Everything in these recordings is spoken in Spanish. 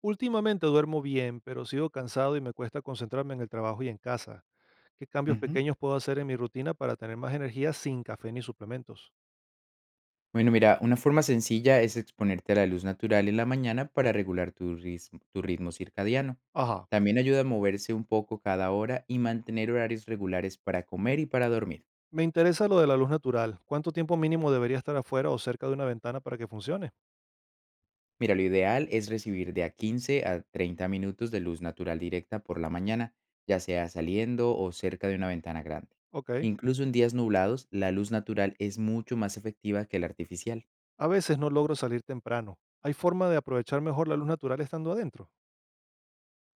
Últimamente duermo bien, pero sigo cansado y me cuesta concentrarme en el trabajo y en casa. ¿Qué cambios Ujú. pequeños puedo hacer en mi rutina para tener más energía sin café ni suplementos? Bueno, mira, una forma sencilla es exponerte a la luz natural en la mañana para regular tu ritmo circadiano. Ajá. También ayuda a moverse un poco cada hora y mantener horarios regulares para comer y para dormir. Me interesa lo de la luz natural. ¿Cuánto tiempo mínimo debería estar afuera o cerca de una ventana para que funcione? Mira, lo ideal es recibir de a 15 a 30 minutos de luz natural directa por la mañana, ya sea saliendo o cerca de una ventana grande. Ok. Incluso en días nublados, la luz natural es mucho más efectiva que la artificial. A veces no logro salir temprano. ¿Hay forma de aprovechar mejor la luz natural estando adentro?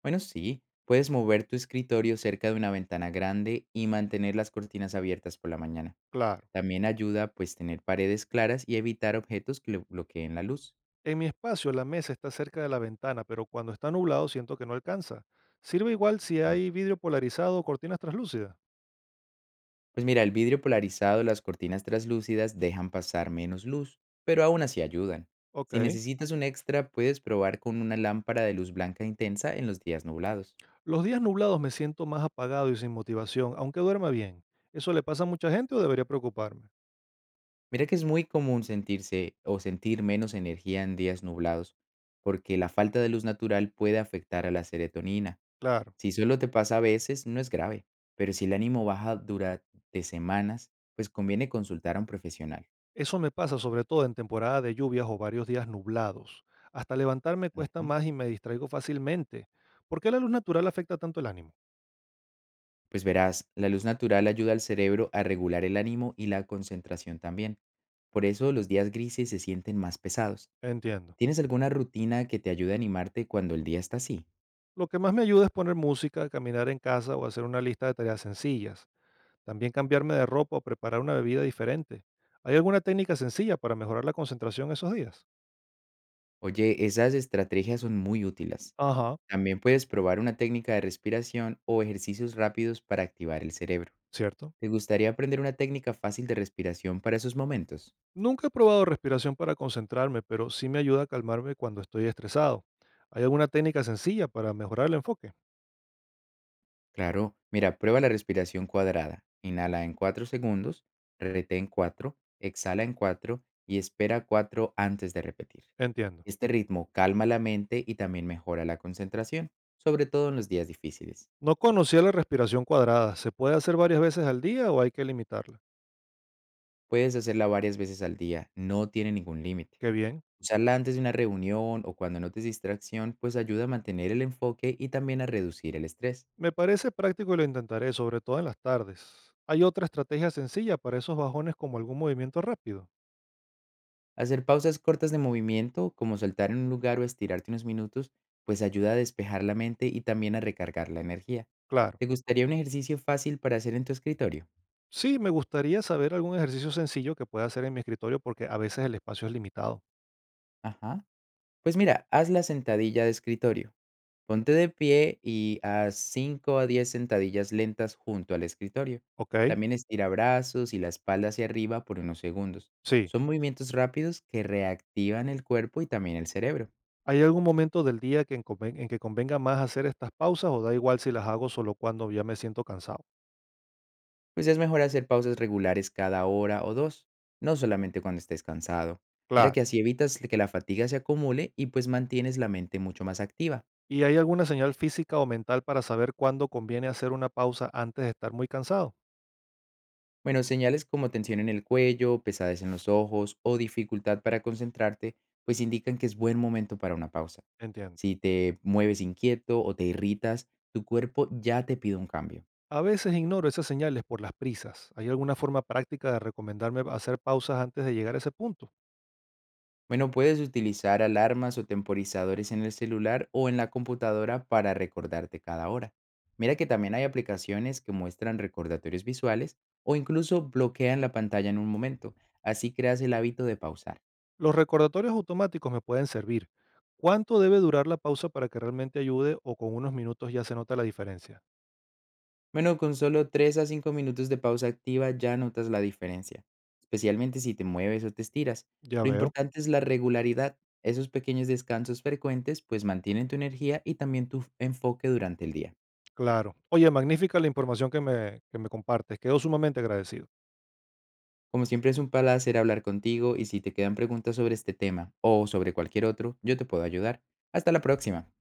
Bueno, sí, puedes mover tu escritorio cerca de una ventana grande y mantener las cortinas abiertas por la mañana. Claro. También ayuda pues tener paredes claras y evitar objetos que le bloqueen la luz. En mi espacio la mesa está cerca de la ventana, pero cuando está nublado siento que no alcanza. ¿Sirve igual si Ujú. hay vidrio polarizado o cortinas translúcidas? Pues mira, el vidrio polarizado, las cortinas translúcidas dejan pasar menos luz, pero aún así ayudan. Si Ok. necesitas un extra, puedes probar con una lámpara de luz blanca intensa en los días nublados. Los días nublados me siento más apagado y sin motivación, aunque duerma bien. ¿Eso le pasa a mucha gente o debería preocuparme? Mira que es muy común sentirse o sentir menos energía en días nublados, porque la falta de luz natural puede afectar a la serotonina. Claro, Si solo te pasa a veces, no es grave, pero si el ánimo baja durante semanas, pues conviene consultar a un profesional. eso me pasa sobre todo en temporada de lluvias o varios días nublados. Hasta levantarme cuesta Ujú. más y me distraigo fácilmente. ¿Por qué la luz natural afecta tanto el ánimo? Pues verás, la luz natural ayuda al cerebro a regular el ánimo y la concentración también. Por eso los días grises se sienten más pesados. Entiendo. ¿Tienes alguna rutina que te ayude a animarte cuando el día está así? Lo que más me ayuda es poner música, caminar en casa o hacer una lista de tareas sencillas. También cambiarme de ropa o preparar una bebida diferente. ¿Hay alguna técnica sencilla para mejorar la concentración esos días? Oye, esas estrategias son muy útiles. Ajá, También puedes probar una técnica de respiración o ejercicios rápidos para activar el cerebro. cierto. ¿Te gustaría aprender una técnica fácil de respiración para esos momentos? Nunca he probado respiración para concentrarme, pero sí me ayuda a calmarme cuando estoy estresado. ¿Hay alguna técnica sencilla para mejorar el enfoque? Claro, mira, prueba la respiración cuadrada. Inhala en 4 segundos, retén 4, exhala en 4 y espera 4 antes de repetir. Entiendo. Este ritmo calma la mente y también mejora la concentración, sobre todo en los días difíciles. No conocía la respiración cuadrada. ¿Se puede hacer varias veces al día o hay que limitarla? Puedes hacerla varias veces al día, no tiene ningún límite. Qué bien. Usarla antes de una reunión o cuando notes distracción, pues ayuda a mantener el enfoque y también a reducir el estrés. Me parece práctico y lo intentaré, sobre todo en las tardes. ¿Hay otra estrategia sencilla para esos bajones como algún movimiento rápido? Hacer pausas cortas de movimiento, como saltar en un lugar o estirarte unos minutos, pues ayuda a despejar la mente y también a recargar la energía. Claro. ¿Te gustaría un ejercicio fácil para hacer en tu escritorio? Sí, me gustaría saber algún ejercicio sencillo que pueda hacer en mi escritorio porque a veces el espacio es limitado. Ajá. Pues mira, haz la sentadilla de escritorio. Ponte de pie y haz 5 a 10 sentadillas lentas junto al escritorio. ¿Ok? También estira brazos y la espalda hacia arriba por unos segundos. Sí. Son movimientos rápidos que reactivan el cuerpo y también el cerebro. ¿Hay algún momento del día en que convenga más hacer estas pausas o da igual si las hago solo cuando ya me siento cansado? Pues es mejor hacer pausas regulares cada hora o dos, no solamente cuando estés cansado. Mira Claro. que así evitas que la fatiga se acumule y pues mantienes la mente mucho más activa. ¿Y hay alguna señal física o mental para saber cuándo conviene hacer una pausa antes de estar muy cansado? Bueno, señales como tensión en el cuello, pesadez en los ojos o dificultad para concentrarte, pues indican que es buen momento para una pausa. Entiendo. Si te mueves inquieto o te irritas, tu cuerpo ya te pide un cambio. A veces ignoro esas señales por las prisas. ¿Hay alguna forma práctica de recomendarme hacer pausas antes de llegar a ese punto? Bueno, puedes utilizar alarmas o temporizadores en el celular o en la computadora para recordarte cada hora. Mira que también hay aplicaciones que muestran recordatorios visuales o incluso bloquean la pantalla en un momento. Así creas el hábito de pausar. Los recordatorios automáticos me pueden servir. ¿Cuánto debe durar la pausa para que realmente ayude o con unos minutos ya se nota la diferencia? Bueno, con solo 3 a 5 minutos de pausa activa ya notas la diferencia, especialmente si te mueves o te estiras. Ya Lo veo. importante es la regularidad. Esos pequeños descansos frecuentes pues mantienen tu energía y también tu enfoque durante el día. Claro. Oye, magnífica la información que me compartes. Quedo sumamente agradecido. Como siempre es un placer hablar contigo y si te quedan preguntas sobre este tema o sobre cualquier otro, yo te puedo ayudar. Hasta la próxima.